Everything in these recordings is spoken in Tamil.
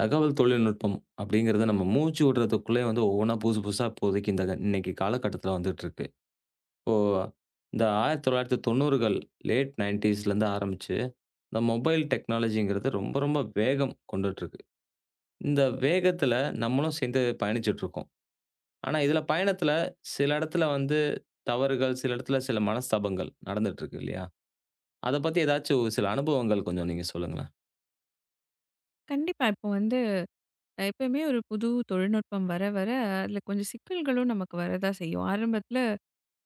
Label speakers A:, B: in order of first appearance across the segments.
A: தகவல் தொழில்நுட்பம் அப்படிங்கிறது நம்ம மூச்சு விடுறதுக்குள்ளே வந்து ஒவ்வொன்னா புதுசு புதுசா இப்போதைக்கு இந்த இன்னைக்கு காலகட்டத்தில வந்துட்டு இருக்கு. இப்போ இந்த 1990கள் லேட் 90ஸ்லேருந்து ஆரம்பிச்சு, இந்த மொபைல் டெக்னாலஜிங்கிறது ரொம்ப ரொம்ப வேகம் கொண்டுட்டு இருக்கு. இந்த வேகத்தில நம்மளும் சேர்ந்து பயணிச்சுட்டு இருக்கோம். ஆனா இதில பயணத்தில சில இடத்துல வந்து தவறுகள், சில இடத்துல சில மனஸ்தாபங்கள் நடந்துட்டு இருக்கு இல்லையா? அத பத்தி ஏதாச்சும் ஒரு சில அனுபவங்கள் கொஞ்சம் நீங்க சொல்லுங்களேன்.
B: கண்டிப்பா. இப்போ வந்து எப்பயுமே ஒரு புது தொழில்நுட்பம் வர, வர அதில கொஞ்சம் சிக்கல்களும் நமக்கு வரதா செய்யும். ஆரம்பத்தில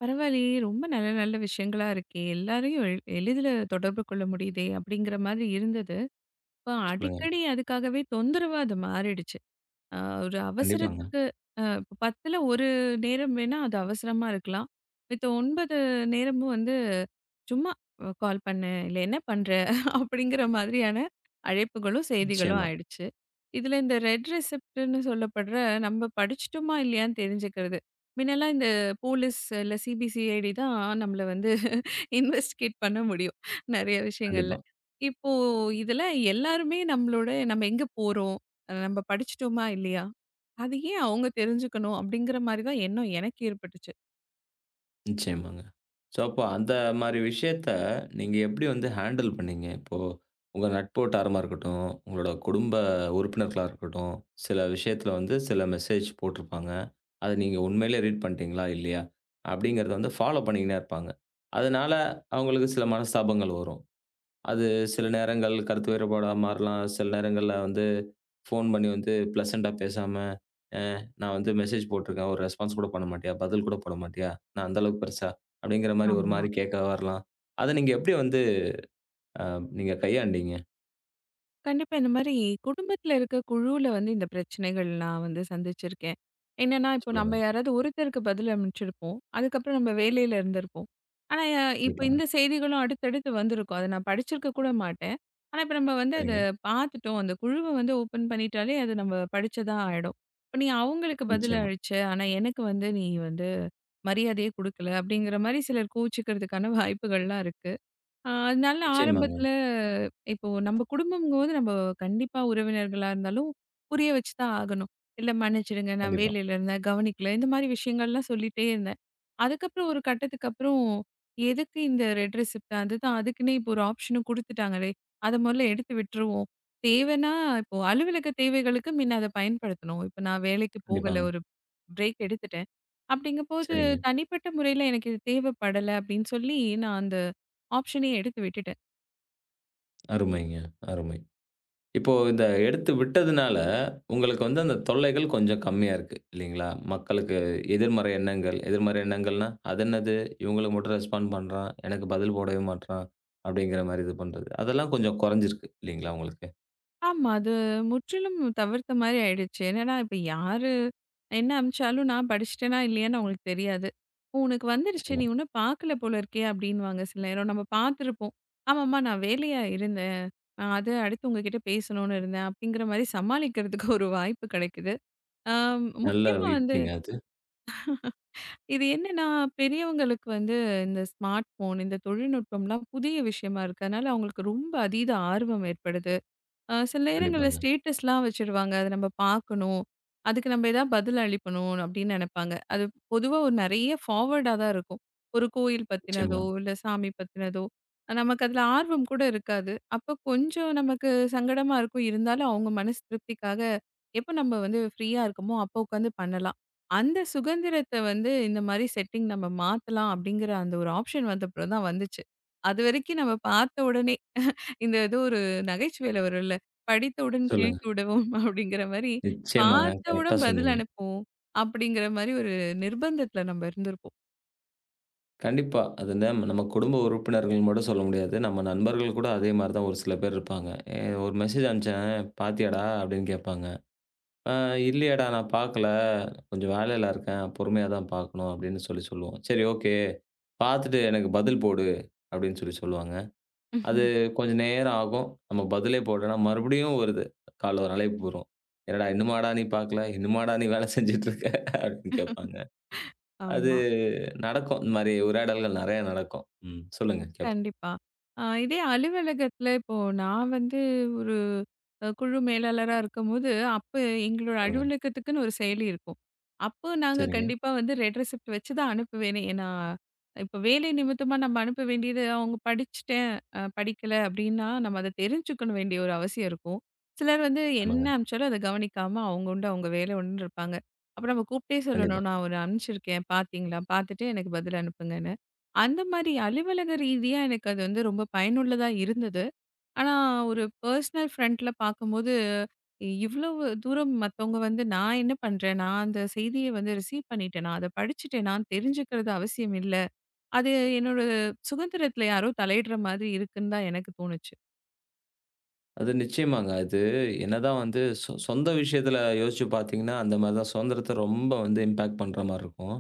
B: பரவாயில்லையே! ரொம்ப நல்ல, நல்ல விஷயங்களா இருக்கே! எல்லாரையும் எளிதில தொடர்பு கொள்ள முடியுதே! அப்படிங்கிற மாதிரி இருந்தது. இப்போ
A: சொல்லுங்க.
B: அடிக்கடி அதுக்காகவே தொந்தரவா அது மாறிடுச்சு. அ ஒரு
A: கண்டிப்பாங்க.
B: அவசரத்துக்கு அ இப்ப 10ல ஒரு நேரம் வேணா அது அவசரமா இருக்கலாம். மித்த 9 நேரமும் வந்து சும்மா கால் பண்ணு, இல்ல என்ன பண்ற? அப்படிங்கிற மாதிரியான அழைப்புகளும், செய்திகளும்
A: நிச்சயமா.
B: ஆயிடுச்சு. இதுல இந்த ரெட் ரெசிப்ட்ன்னு சொல்லப்படுற நம்ம படிச்சுட்டோமா இல்லையான்னு தெரிஞ்சுக்கிறது. முன்னெல்லாம் இந்த போலீஸ் இல்ல சிபிசிஐடி தான் நம்மள வந்து இன்வெஸ்டிகேட் பண்ண முடியும். நெறைய விஷயங்கள்ல.
A: கண்டிப்பா.
B: இப்போ இதெல்லாம் எல்லாருமே நம்மளோட நம்ம எங்க போறோம்? நம்ம படிச்சுட்டோமா இல்லையா? அது ஏன் அவங்க தெரிஞ்சுக்கணும்? அப்படிங்கிற மாரி தான் எண்ணம் எனக்கு ஏற்பட்டுச்சு.
A: நிச்சயமாங்க. ஸோ, அப்ப அந்த மாரி விஷயத்த நீங்க எப்படி வந்து ஹேண்டில் பண்ணீங்க? இப்போ உங்க நட்பு வட்டாரமா இருக்கட்டும், உங்களோட குடும்ப உறுப்பினர்களா இருக்கட்டும், சில விஷயத்துல வந்து சில மெசேஜ் போட்டிருப்பாங்க. அத நீங்க உண்மையிலே ரீட் பண்ணிட்டீங்களா? இல்லையா? அப்படிங்கிறத வந்து ஃபாலோ பண்ணிக்கின்னே இருப்பாங்க. அதனால அவங்களுக்கு சில மனஸ்தாபங்கள் வரும். அது சில நேரங்கள் கருத்து வேறுபாடா மாறலாம். சில நேரங்கள்ல வந்து ஃபோன் பண்ணி வந்து ப்ளசன்ட்டா பேசாம நான் வந்து மெசேஜ் போட்டுருக்கேன். ஒரு ரெஸ்பான்ஸ் கூட பண்ண மாட்டியா? பதில் கூட போட மாட்டியா? நான் அந்த அளவுக்கு பெருசா? அப்படிங்கிற மாரி ஒரு
B: ஆமா.
A: மாரி கேட்க வரலாம். அத நீங்க எப்படி வந்து அ நீங்க கையாண்டீங்க?
B: கண்டிப்பா. இந்த மாரி குடும்பத்துல இருக்க குழுவுல வந்து இந்த பிரச்சனைகள் நான் வந்து சந்திச்சிருக்கேன். என்னன்னா, இப்போ
A: சொல்லுங்க.
B: நம்ம யாராவது ஒருத்தருக்கு பதில் அனுப்பிச்சிருப்போம். அதுக்கப்புறம் நம்ம வேலையில இருந்திருப்போம். ஆனா, இப்போ
A: கண்டிப்பாங்க.
B: இந்த செய்திகளும் அடுத்தடுத்து வந்திருக்கும். அத நான் படிச்சிருக்க கூட மாட்டேன். ஆனா, இப்ப நம்ம வந்து அத
A: சரிங்க.
B: பார்த்துட்டோம். அந்த குழுவ வந்து ஓப்பன் பண்ணிட்டாலே அது நம்ம படிச்சதா ஆயிடும். இப்ப நீ அவங்களுக்கு பதில்
A: நிச்சயமா.
B: அளிச்ச, ஆனா எனக்கு வந்து நீ வந்து மரியாதையே குடுக்கல, அப்படிங்கிற மாரி சிலர் கோவிச்சுக்கிறதுக்கான வாய்ப்புகள்லாம் இருக்கு. அதனால
A: நிச்சயமாங்க.
B: ஆரம்பத்துல இப்போ நம்ம குடும்பம்ங்கும்போது நம்ம கண்டிப்பா உறவினர்களா இருந்தாலும் புரிய வச்சு தான் ஆகணும். "இல்ல மன்னிச்சிடுங்க, நான்
A: கண்டிப்பா.
B: வேலையில இருந்தேன், கவனிக்கல." இந்த மாரி விஷயங்கள்லாம் சொல்லிட்டே இருந்தேன். அதுக்கப்புறம் ஒரு கட்டத்துக்கு அப்புறம், எதுக்கு இந்த ரெட் ரெசிப்ட்? அதுதான் அதுக்குன்னே இப்போ ஒரு ஆப்ஷனும் குடுத்துட்டாங்களே! அத முதல்ல எடுத்து விட்டுருவோம். தேவைன்னா இப்போ அலுவலக தேவைகளுக்கு முன்ன அத பயன்படுத்தணும். இப்போ நான் வேலைக்கு போகல,
A: கண்டிப்பாங்க.
B: ஒரு பிரேக் எடுத்துட்டேன். அப்படிங்கும்போது,
A: சரிங்க.
B: தனிப்பட்ட முறையில எனக்கு இது தேவைப்படல அப்படின்னு சொல்லி, நான் அந்த ஆப்ஷனயே எடுத்து விட்டுட்டேன்.
A: அருமைங்க. அருமை. இப்போ இந்த எடுத்து விட்டதுனால, உங்களுக்கு வந்து அந்த தொல்லைகள் கொஞ்சம் கம்மியா இருக்கு. இல்லைங்களா? மக்களுக்கு எதிர்மறை எண்ணங்கள். எதிர்மறை எண்ணங்கள்னா, அது என்னது? இவங்களுக்கு மட்டும் ரெஸ்பாண்ட் பண்றான். எனக்கு பதில் போடவே மாட்றான். அப்படிங்கிற மாரி இது பண்றது. அதெல்லாம் கொஞ்சம் குறைஞ்சிருக்கு. இல்லைங்களா உங்களுக்கு?
B: ஆமா. அது முற்றிலும் தவிர்த்த மாரி ஆயிடுச்சு. என்னன்னா, இப்ப யாரு என்ன அனுப்பிச்சாலும் நான் படிச்சுட்டேனா இல்லையான்னு அவங்களுக்கு தெரியாது. "ஓ! உனக்கு வந்துருச்சு. நீ
A: நிச்சயமா.
B: இன்னும் பார்க்கல போல இருக்கே" அப்படின்னுவாங்க சில நேரம். நம்ம பார்த்துருப்போம். "ஆமாம்மா நான் வேலையா இருந்தேன். அது அடுத்து உங்ககிட்ட பேசணும்னு இருந்தேன்" அப்படிங்கிற மாரி சமாளிக்கிறதுக்கு ஒரு வாய்ப்பு கிடைக்குது. ஆம்
A: நல்ல
B: முக்கியமா வந்து
A: யுக்திங்க அது.
B: இது என்னன்னா, பெரியவங்களுக்கு வந்து இந்த ஸ்மார்ட் ஃபோன், இந்த தொழில்நுட்பம்லாம் புதிய விஷயமா இருக்கு. அதனால அவங்களுக்கு ரொம்ப அதீத ஆர்வம் ஏற்படுது. சில நேரங்கள்ல
A: கண்டிப்பாங்க.
B: ஸ்டேட்டஸ்லாம் வச்சுருவாங்க. அத நம்ம பார்க்கணும். அதுக்கு நம்ம ஏதாவது பதில் அளிக்கணும் அப்படின்னு நெனைப்பாங்க. அது பொதுவா ஒரு நெறைய ஃபார்வர்டா தான் இருக்கும். ஒரு கோயில்
A: நிச்சயமா.
B: பத்தினதோ, இல்ல சாமி பத்தினதோ. நமக்கு அதுல ஆர்வம் கூட இருக்காது. அப்ப கொஞ்சம் நமக்கு சங்கடமா இருக்கும். இருந்தாலும் அவங்க மனசு திருப்திக்காக எப்ப நம்ம வந்து ஃப்ரீயா இருக்கமோ, அப்போ உட்காந்து பண்ணலாம். அந்த சுதந்திரத்த வந்து இந்த மாரி செட்டிங் நம்ம மாத்தலாம் அப்படிங்கிற அந்த ஒரு ஆப்ஷன் வந்தப்புறம் தான் வந்துச்சு. அதுவரைக்கும் நம்ம பார்த்த உடனே இந்த ஏதோ ஒரு நகைச்சுவையில வரும்ல. "படித்தவுடன்
A: சொல்லுங்க.
B: கிழித்து விடவும்" அப்படிங்கிற மாரி,
A: நிச்சயமாங்க. கரெக்ட்டா
B: பார்த்தவுடன் பதில்
A: சொன்னீங்க.
B: அனுப்புவோம். அப்படிங்கிற மாரி ஒரு நிர்பந்தத்துல நம்ம இருந்திருப்போம்.
A: கண்டிப்பா. அது நம்ம நம்ம குடும்ப உறுப்பினர்கள் மட்டும் சொல்ல முடியாது. நம்ம நண்பர்கள் கூட அதே மாரி தான் ஒரு சில பேர் இருப்பாங்க. "ஏ ஒரு மெசேஜ் அனுப்பிச்சேன். பார்த்தியாடா?" அப்படின்னு கேட்பாங்க. "ஆ இல்லையேடா நான் பார்க்கல. கொஞ்சம் வேலையில இருக்கேன். பொறுமையா தான் பார்க்கணும்." அப்படின்னு சொல்லி சொல்லுவோம். "சரி ஓகே. பார்த்துட்டு எனக்கு பதில் போடு." அப்படின்னு சொல்லி சொல்லுவாங்க. அது கொஞ்சம் நேரம் ஆகும். நம்ம பதிலே போடலன்னா, மறுபடியும் வருது. கால்ல ஒரு அழைப்பு வரும். "என்னடா இன்னுமாடா நீ பார்க்கல? இன்னுமாடா நீ வேலை செஞ்சுட்டு இருக்க?" அப்படின்னு கேட்பாங்க. அது
B: ஆமா.
A: நடக்கும். இந்த மாரி உரையாடல்கள் நெறைய நடக்கும். ம். சொல்லுங்க. கேட்போம்.
B: கண்டிப்பா. இதே அலுவலகத்துல இப்போ நான் வந்து ஒரு குழு மேலாளரா இருக்கும்போது, அப்ப எங்களோட
A: சொல்லுங்க.
B: அலுவலகத்துக்குன்னு ஒரு செயலி இருக்கும். அப்போ நாங்க
A: சரிங்க.
B: கண்டிப்பா வந்து ரெட் ரெசிப்ட் வச்சு தான் அனுப்புவேனே. ஏன்னா, இப்ப வேலை நிமித்தமா நம்ம அனுப்ப வேண்டியது அவங்க படிச்சுட்டேன், படிக்கல அப்படின்னா நம்ம அத தெரிஞ்சுக்கணும் வேண்டிய ஒரு அவசியம் இருக்கும். சிலர் வந்து என்ன
A: ஆமாங்க.
B: அனுப்பிச்சாலும் அத கவனிக்காம அவங்க உண்டு அவங்க வேலை உண்டுன்னு இருப்பாங்க. அப்ப நம்ம கூப்பிட்டே
A: கண்டிப்பா.
B: சொல்லணும். நான் ஒண்ணு அனுப்பிச்சிருக்கேன் பார்த்தீங்களா? பார்த்துட்டு எனக்கு பதில் அனுப்புங்கன்னு. அந்த மாரி அலுவலக ரீதியா எனக்கு அது வந்து ரொம்ப பயனுள்ளதா இருந்தது. ஆனா, ஒரு பர்சனல் ஃப்ரண்ட்ல பார்க்கும்போது, இவ்வளவு தூரம் மத்தவங்க வந்து நான் என்ன பண்றேன்? நான் அந்த செய்திய வந்து ரிசீவ் பண்ணிட்டேனா? அத படிச்சுட்டேனான்னு தெரிஞ்சுக்கிறது அவசியம் இல்ல. அது என்னோட சுதந்திரத்துல யாரோ தலையிடுற மாதிரி இருக்குன்னு தான் எனக்கு தோணுச்சு.
A: அது நிச்சயமாங்க. அது என்னதான் வந்து சொந்த விஷயத்துல யோசிச்சு பார்த்தீங்கன்னா, அந்த மாரி தான் சுதந்திரத்த ரொம்ப வந்து இம்பாக்ட் பண்ற மாரி இருக்கும்.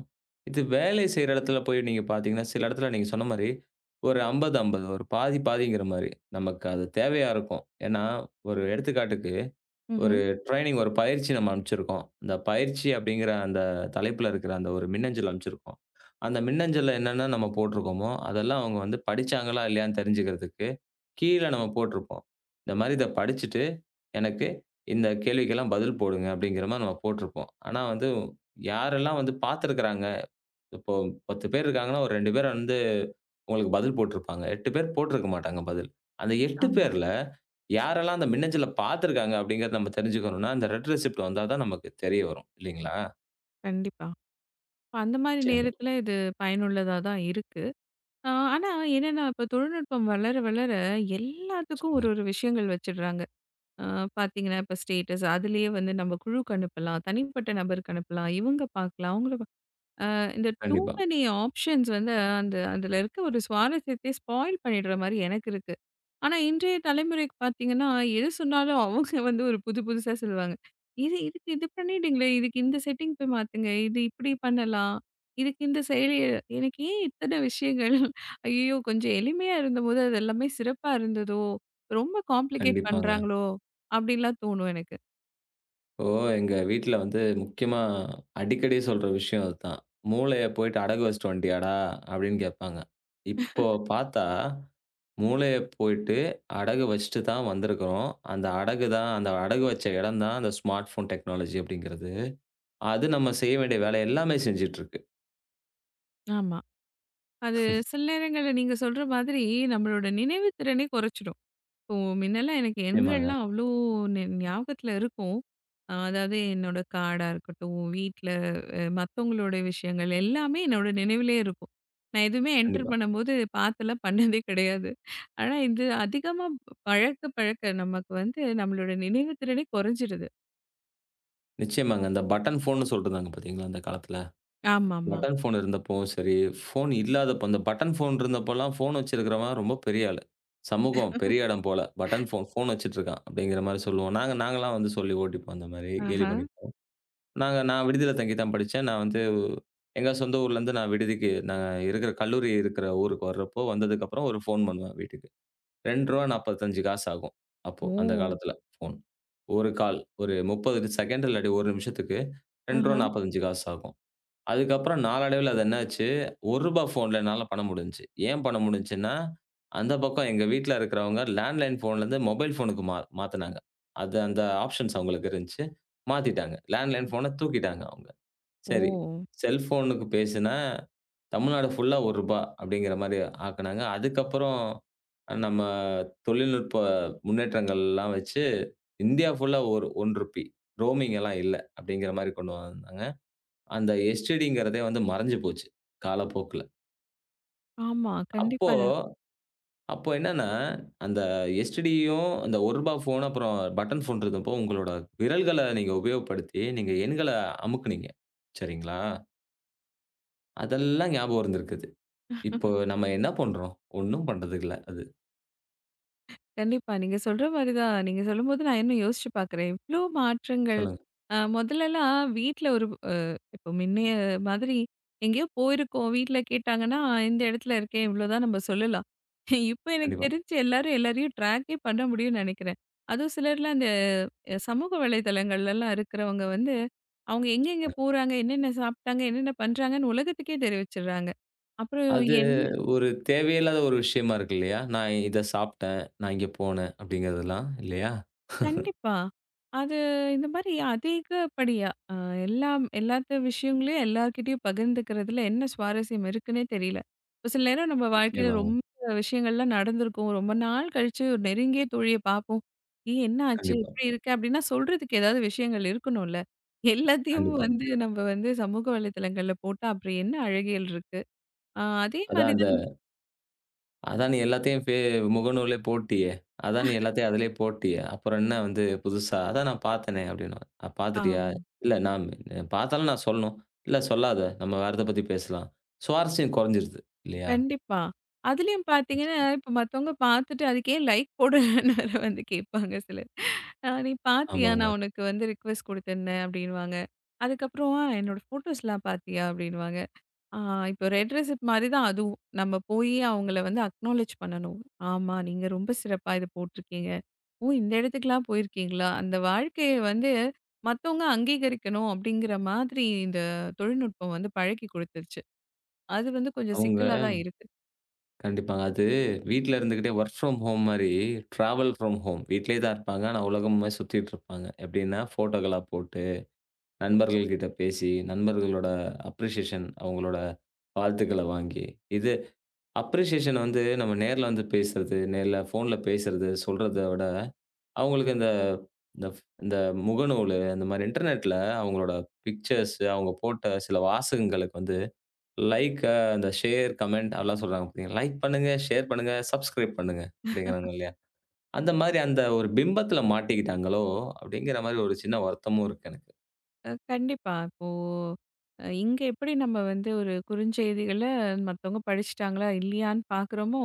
A: இது வேலை செய்ற இடத்துல போய் நீங்க பார்த்தீங்கன்னா, சில இடத்துல நீங்க சொன்ன மாரி ஒரு 50, 50 ஒரு பாதி, பாதிங்கிற மாரி. நமக்கு அது தேவையா இருக்கும். ஏன்னா, ஒரு எடுத்துக்காட்டுக்கு
B: ம்ஹ்ம்.
A: ஒரு ட்ரெய்னிங் ஒரு பயிற்சி நம்ம அனுப்பிச்சிருக்கோம். இந்த பயிற்சி அப்படிங்கிற அந்த தலைப்புல இருக்கிற அந்த ஒரு மின்னஞ்சல் அனுப்பிச்சிருக்கோம். அந்த மின்னஞ்சல்ல என்னென்ன நம்ம போட்டிருக்கோமோ, அதெல்லாம் அவங்க வந்து படிச்சாங்களா இல்லையான்னு தெரிஞ்சுக்கிறதுக்கு, கீழ நம்ம போட்டிருப்போம். இந்த மாரி இத படிச்சுட்டு, எனக்கு இந்த கேள்விக்கெல்லாம் பதில் போடுங்க அப்படிங்கிற மாரி நம்ம போட்டிருப்போம். ஆனா வந்து யாரெல்லாம் வந்து பார்த்துருக்கிறாங்க, இப்போ 10 பேர் இருக்காங்கன்னா, ஒரு 2 பேர் வந்து உங்களுக்கு பதில் போட்டிருப்பாங்க. 8 பேர் போட்டிருக்க மாட்டாங்க பதில். அந்த 8
B: ஆமா.
A: பேர்ல யாரெல்லாம் அந்த மின்னஞ்சல பார்த்துருக்காங்க அப்படிங்கிறத நம்ம தெரிஞ்சுக்கணும்னா, அந்த ரெட் ரெசிப்ட் வந்தா தான் நமக்கு தெரிய வரும். இல்லைங்களா?
B: கண்டிப்பா. இப்ப அந்த மாரி
A: நிச்சயமா.
B: நேரத்துல இது பயனுள்ளதா தான் இருக்கு. ஆனா என்னன்னா, இப்ப தொழில்நுட்பம் வளர, வளர எல்லாத்துக்கும் ஒரு
A: சொல்லுங்க.
B: ஒரு விஷயங்கள் வச்சுடுறாங்க. ஆ பார்த்தீங்கன்னா, இப்ப ஸ்டேட்டஸ் அதுலயே வந்து நம்ம குழுக்கு அனுப்பலாம். தனிப்பட்ட நபருக்கு அனுப்பலாம். இவங்க பார்க்கலாம், அவங்கள இந்த டூ
A: கண்டிப்பா,
B: மெனி ஆப்ஷன்ஸ் வந்து அந்த அதுல இருக்க ஒரு சுவாரஸ்யத்தையே ஸ்பாயில் பண்ணிடுற மாரி எனக்கு இருக்கு. ஆனா, இன்றைய தலைமுறைக்கு பார்த்தீங்கன்னா, எது சொன்னாலும் அவங்க வந்து ஒரு புது புதுசா சொல்லுவாங்க. "இது இதுக்கு இது பண்ணிட்டீங்களே, இதுக்கு இந்த செட்டிங் போய் மாத்துங்க. இது இப்படி பண்ணலாம். இதுக்கு இந்த செயலி" எனக்கு ஏன் இத்தன விஷயங்கள்? ஐயயோ! கொஞ்சம் எளிமையா இருந்தபோது அது எல்லாமே சிறப்பா இருந்ததோ! ரொம்ப காம்ப்ளிகேட்
A: கண்டிப்பாங்க.
B: பண்றாங்களோ! அப்படின்லாம் தோணும் எனக்கு.
A: இப்போ எங்க வீட்ல வந்து முக்கியமா அடிக்கடி சொல்ற விஷயம் அதுதான். "மூளைய போயிட்டு அடகு வச்சுட்டு வந்துட்டியாடா?" அப்படின்னு கேட்பாங்க. இப்போ பார்த்தா, மூளைய போயிட்டு அடகு வச்சுட்டு தான் வந்திருக்கிறோம். அந்த அடகு தான் அந்த அடகு வச்ச இடம் தான் அந்த ஸ்மார்ட் ஃபோன் டெக்னாலஜி அப்படிங்கிறது. அது நம்ம செய்ய வேண்டிய வேலை எல்லாமே செஞ்சுட்ருக்கு.
B: ஆமா. அது சில நேரங்கள்ல நீங்க சொல்ற மாதிரி நம்மளோட நினைவுத்திறனே குறைச்சிடும். இப்போ முன்னெல்லாம் எனக்கு
A: நிச்சயமாங்க.
B: எண்கள்லாம் அவ்வளோ ஞாபகத்துல இருக்கும். அதாவது என்னோட கார்டா இருக்கட்டும், வீட்ல மத்தவங்களோட விஷயங்கள் எல்லாமே என்னோட நினைவிலே இருக்கும். நான் எதுவுமே என்டர்
A: கண்டிப்பா.
B: பண்ணும்போது பாத்துலாம் பண்ணதே கிடையாது. ஆனா இது அதிகமா பழக்க பழக்க நமக்கு வந்து நம்மளோட நினைவு திறனே குறைஞ்சிடுது.
A: நிச்சயமாங்க. அந்த பட்டன் ஃபோன்னு சொல்ட்டு இருந்தாங்க பார்த்தீங்களா, அந்த காலத்துல.
B: ஆமாமா.
A: பட்டன் ஃபோன் இருந்தப்பவும் சரி, ஃபோன் இல்லாதப்போ அந்த பட்டன் ஃபோன் இருந்தப்போலாம், ஃபோன் வச்சிருக்கிறவன் ரொம்ப பெரிய ஆளு. சமூகம் பெரிய இடம் போல. பட்டன் ஃபோன், ஃபோன் வச்சுட்ருக்கான் அப்படிங்கிற மாரி சொல்லுவோம். நாங்கலாம் வந்து சொல்லி ஓட்டிப்போம். அந்த மாரி கேலி
B: ஆஹா.
A: பண்ணிப்போம். நான் விடுதியில தங்கி தான் படிச்சேன். நான் வந்து எங்க சொந்த ஊர்லேருந்து நான் விடுதிக்கு நாங்க இருக்கிற கல்லூரி இருக்கிற ஊருக்கு வர்றப்போ, வந்ததுக்கப்புறம் ஒரு ஃபோன் பண்ணுவேன் வீட்டுக்கு. ரூ. 2.45 ஆகும். அப்போ அந்த
B: ஓ!
A: காலத்துல ஃபோன். ஒரு கால். ஒரு 30 செகண்ட் இல்லாட்டி 1 நிமிஷத்துக்கு ரூ.
B: ஆஹா.
A: 2.45 ஆகும். அதுக்கப்புறம் நாளடைவில அது என்னாச்சு, ரூ. 1 ஃபோன்ல என்னால பண்ண முடிஞ்சுச்சு. ஏன் பண்ண முடிஞ்சுச்சுன்னா, அந்த பக்கம் எங்க வீட்ல இருக்கிறவங்க லேண்ட்லைன் ஃபோன்லேருந்து மொபைல் ஃபோனுக்கு மாத்துனாங்க. அது அந்த ஆப்ஷன்ஸ் அவங்களுக்கு இருந்துச்சு. மாத்திட்டாங்க. லேண்ட்லைன் ஃபோன தூக்கிட்டாங்க அவங்க.
B: ஓ!
A: சரி, செல்ஃபோனுக்கு பேசினா தமிழ்நாடு ஃபுல்லா ரூ. 1 அப்படிங்கிற மாரி ஆக்குனாங்க. அதுக்கப்புறம் நம்ம தொழில்நுட்ப முன்னேற்றங்கள்லாம் வச்சு இந்தியா ஃபுல்லா ஒரு ₹1 ரோமிங் எல்லாம் இல்ல. அப்படிங்கிற மாரி கொண்டு வந்தாங்க. அந்த எஸ்டிடிங்கிறதே வந்து மறைஞ்சு போச்சு, காலப்போக்குல.
B: ஆமா.
A: அப்போ
B: கண்டிப்பா.
A: அப்போ என்னன்னா, அந்த எஸ்டிடியும் அந்த ரூ. 1 ஃபோன் அப்புறம் பட்டன் ஃபோன் இருந்தப்போ, உங்களோட விரல்கள நீங்க உபயோகப்படுத்தி, நீங்க எண்கள அமுக்குனீங்க. சரிங்களா? அதெல்லாம் ஞாபகம் இருந்திருக்குது. இப்போ நம்ம என்ன பண்றோம்? ஒண்ணும் பண்றதுக்கு இல்ல அது.
B: கண்டிப்பா. நீங்க சொல்ற மாரி தான். நீங்க சொல்லும்போது நான் இன்னும் யோசிச்சு பார்க்குறேன். இவ்ளோ மாற்றங்கள்.
A: சொல்லுங்க.
B: முதல்லலாம் வீட்ல ஒரு இப்போ முன்னைய மாதிரி எங்கேயோ போயிருக்கோம். வீட்ல கேட்டாங்கன்னா, இந்த இடத்துல இருக்கேன். இவ்ளோதான் நம்ம சொல்லலாம். இப்போ எனக்கு
A: கண்டிப்பா.
B: தெரிஞ்சு எல்லாரும் எல்லாரையும் ட்ராக்கே பண்ண முடியும்னு நெனைக்கிறேன். அதுவும் சிலர்லாம் அந்த சமூக வலைதளங்கள்லலாம் இருக்கிறவங்க வந்து, அவங்க எங்கெங்க போறாங்க, என்னென்ன சாப்பிட்டாங்க, என்னென்ன பண்றாங்கன்னு உலகத்துக்கே தெரிவிச்சுடுறாங்க. அப்புறம்
A: அது
B: என்
A: ஒரு தேவையில்லாத ஒரு விஷயமா இருக்கு இல்லையா? நான் இத சாப்பிட்டேன், நான் இங்க போனேன் அப்படிங்கிறதெல்லாம் இல்லையா?
B: கண்டிப்பா. அது இந்த மாரி அதிகப்படியா எல்லாம் எல்லாத்த விஷயங்களையும் எல்லார்கிட்டயும் பகிர்ந்துக்கிறதுல என்ன சுவாரஸ்யம் இருக்குன்னே தெரியல. ஒரு சில நேரம் நம்ம வாழ்க்கையில
A: நிச்சயமா.
B: ரொம்ப விஷயங்கள்லாம் நடந்திருக்கும். ரொம்ப நாள் கழிச்சு ஒரு நெருங்கிய தோழிய பார்ப்போம். "ஏய் என்ன ஆச்சு?
A: கண்டிப்பா,
B: இப்படி இருக்க?" அப்படின்னா சொல்றதுக்கு ஏதாவது விஷயங்கள் இருக்கணும்ல. எல்லாத்தையும்
A: கண்டிப்பா.
B: வந்து நம்ம வந்து சமூக வலைதளங்கள்ல போட்டா அப்புறம் என்ன அழகியல் இருக்கு? அதே மாரி
A: அதான் அந்த
B: தான்
A: அதான் நீ எல்லாத்தையும் முகநூல்லே போட்டியே! அதான் நீ எல்லாத்தையும் அதிலே போட்டியே! அப்புறம் என்ன வந்து புதுசா? அதான் நான் பார்த்தனே அப்படின்னுவேன். அ பார்த்துட்டியா?
B: ஆமா.
A: இல்ல நான் பார்த்தாலும் நான் சொல்லணும். இல்ல சொல்லாத. நம்ம வேற எத பத்தி பேசலாம். சுவாரஸ்யம் குறைஞ்சிருது இல்லையா?
B: கண்டிப்பா. அதுலயும் பார்த்தீங்கன்னா,
A: நிச்சயம்.
B: இப்ப மத்தவங்க பார்த்துட்டு அதுக்கு ஏன் லைக் போடுறேன்னு வேற வந்து கேட்பாங்க சிலர். "நீ பார்த்தியா?
A: ஆமாங்க.
B: நான் உனக்கு வந்து ரிக்வெஸ்ட் குடுத்துருந்தேன்" அப்படின்னுவாங்க. அதுக்கப்புறம் " என்னோட ஃபோட்டோஸ்லாம் பார்த்தியா?" அப்படின்னுவாங்க. ஆ இப்போ ரெட் ரெசிப்ட் மாரி தான் அதுவும். நம்ம போயி அவங்கள வந்து அக்னாலட்ஜ் பண்ணணும். "ஆமா, நீங்க ரொம்ப சிறப்பா இத போட்டிருக்கீங்க. ஓ! இந்த இடத்துக்குலாம் போயிருக்கீங்களா?" அந்த வாழ்க்கைய வந்து மத்தவங்க அங்கீகரிக்கணும் அப்படிங்கிற மாதிரி இந்த தொழில்நுட்பம் வந்து பழக்கி குடுத்துருச்சு. அது வந்து கொஞ்சம்
A: அவங்க
B: சிக்கலா தான் இருக்கு.
A: கண்டிப்பாங்க. அது வீட்ல இருந்துகிட்டே வொர்க் ஃப்ரம் ஹோம் மாரி, ட்ராவல் ஃப்ரம் ஹோம். வீட்லயே தான் இருப்பாங்க. ஆனா உலகமே சுத்திட்டு இருப்பாங்க. எப்படின்னா, ஃபோட்டோகளா போட்டு. நண்பர்கள் கிட்ட பேசி, நண்பர்களோட அப்ரிசியேஷன் அவங்களோட வாழ்த்துக்கள வாங்கி, இது அப்ரிசியேஷன் வந்து நம்ம நேர்ல வந்து பேசுறது, நேர்ல ஃபோன்ல பேசுறது, சொல்றத விட, அவங்களுக்கு இந்த இந்த இந்த முகநூலு, அந்த மாரி இன்டர்நெட்ல அவங்களோட பிக்சர்ஸ், அவங்க போட்ட சில வாசகங்களுக்கு வந்து லைக், அந்த ஷேர், கமெண்ட் அதெல்லாம் சொல்றாங்க பார்த்தீங்களா? லைக் பண்ணுங்க, ஷேர் பண்ணுங்க, சப்ஸ்கிரைப் பண்ணுங்க அப்படிங்கிறாங்க இல்லையா? அந்த மாரி அந்த ஒரு பிம்பத்தில மாட்டிக்கிட்டாங்களோ! அப்படிங்கிற மாரி ஒரு சின்ன வருத்தமும் இருக்கு எனக்கு.
B: கண்டிப்பா. இப்போ இங்க எப்படி நம்ம வந்து ஒரு குறுஞ்செய்திகள மத்தவங்க படிச்சுட்டாங்களா, இல்லையான்னு பார்க்குறோமோ,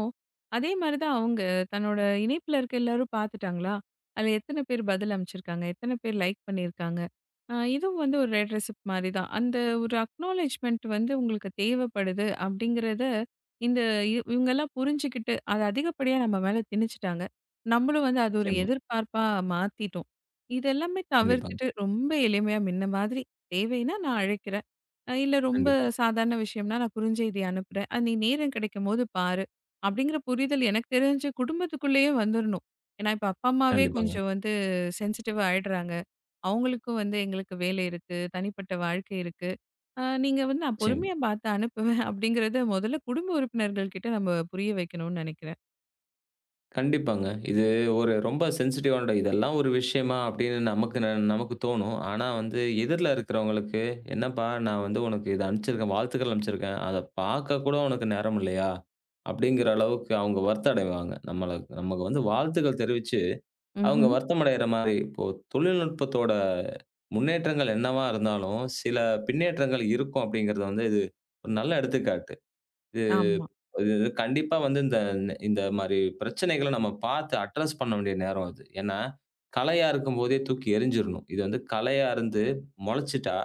B: அதே மாரி தான் அவங்க தன்னோட இணைப்புல இருக்க எல்லாரும் பார்த்துட்டாங்களா, அதில எத்தன பேர் பதில் அனுப்பிச்சிருக்காங்க, எத்தன பேர் லைக் பண்ணியிருக்காங்க. இதுவும் வந்து ஒரு ரெட் ரெசிப்ட் மாரி தான். அந்த ஒரு அக்னாலெட்ஜ்மென்ட் வந்து உங்களுக்கு தேவைப்படுது அப்படிங்கிறத, இந்த இவங்கலாம் புரிஞ்சுக்கிட்டு, அத அதிகப்படியா நம்ம மேல திணிச்சுட்டாங்க. நம்மளும் வந்து அது ஒரு
A: நிச்சயமா.
B: எதிர்பார்ப்பா மாத்திட்டோம். இதெல்லாமே
A: கண்டிப்பாங்க.
B: தவிர்த்துட்டு ரொம்ப எளிமையா முன்ன மாதிரி தேவைன்னா நான் அழைக்கிறேன். இல்ல ரொம்ப
A: கண்டிப்பா.
B: சாதாரண விஷயம்னா நான் குறுஞ்செய்தி அனுப்புறேன். அது நீ நேரம் கிடைக்கும்போது பாரு. அப்படிங்கிற புரிதல் எனக்கு தெரிஞ்சு குடும்பத்துக்குள்ளேயே வந்துரணும். ஏன்னா இப்ப அப்பா, அம்மாவே
A: கண்டிப்பாங்க.
B: கொஞ்சம் வந்து சென்சிட்டிவா ஆயிடுறாங்க. அவங்களுக்கும் வந்து எங்களுக்கு வேலை இருக்கு, தனிப்பட்ட வாழ்க்கை இருக்கு. நீங்க வந்து நான்
A: நிச்சயமா.
B: பொறுமையா பார்த்து அனுப்புவேன் அப்படிங்கிறத முதல்ல குடும்ப உறுப்பினர்கள் கிட்ட நம்ம புரிய வைக்கணும்னு நினைக்கிறேன்.
A: கண்டிப்பாங்க. இது ஒரு ரொம்ப சென்சிட்டிவான இதெல்லாம் ஒரு விஷயமா அப்படின்னு நமக்கு நமக்கு தோணும். ஆனா வந்து எதிர்ல இருக்கிறவங்களுக்கு, "என்னப்பா நான் வந்து உனக்கு இத அனுப்பிச்சிருக்கேன், வாழ்த்துக்கள் அனுப்பிச்சிருக்கேன். அத பார்க்க கூட உனக்கு நேரம் இல்லையா?" அப்படிங்கிற அளவுக்கு அவங்க வருத்தம் அடைவாங்க. நம்மள நமக்கு வந்து வாழ்த்துக்கள் தெரிவிச்சு, அவங்க
B: ம்ஹ்ம்.
A: வருத்தம் அடையிற மாரி, இப்போ தொழில்நுட்பத்தோட முன்னேற்றங்கள் என்னவா இருந்தாலும், சில பின்னேற்றங்கள் இருக்கும் அப்படிங்கிறது வந்து இது ஒரு நல்ல எடுத்துக்காட்டு.
B: ஆமா.
A: இது கண்டிப்பா வந்து இந்த இந்த மாரி பிரச்சனைகள நம்ம பார்த்து அட்ரஸ் பண்ண வேண்டிய நேரம் அது. ஏன்னா, களையா இருக்கும்போதே தூக்கி எறிஞ்சிரணும். இது வந்து களையா இருந்து முளைச்சிட்டா,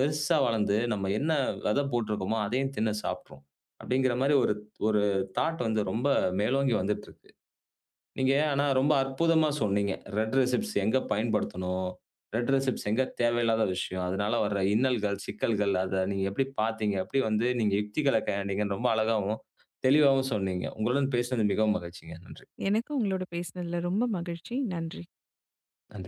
A: பெருசா வளர்ந்து நம்ம என்ன விதை போட்டிருக்கோமோ, அதையும் தின்னு சாப்ட்ரும். அப்டிங்கிற மாரி ஒரு ஒரு தாட் வந்து ரொம்ப மேலோங்கி வந்துட்டுருக்கு. நீங்க ஆனா ரொம்ப அற்புதமா சொன்னீங்க. ரெட் ரெசிப்ட்ஸ் எங்க பயன்படுத்தணும்? ரெட் ரெசிப்ட்ஸ் எங்க தேவையில்லாத விஷயம்? அதனால வர்ற இன்னல்கள், சிக்கல்கள் அத நீங்க எப்படி பார்த்தீங்க? எப்படி வந்து நீங்க யுக்திகள கையாண்டீங்கன்னு ரொம்ப அழகாவும், தெளிவாவும் சொன்னீங்க. உங்களுடன் பேசினது மிகவும் மகிழ்ச்சிங்க. நன்றி.
B: எனக்கும் உங்களோட பேசினதுல ரொம்ப மகிழ்ச்சி. நன்றி.
A: நன்றி.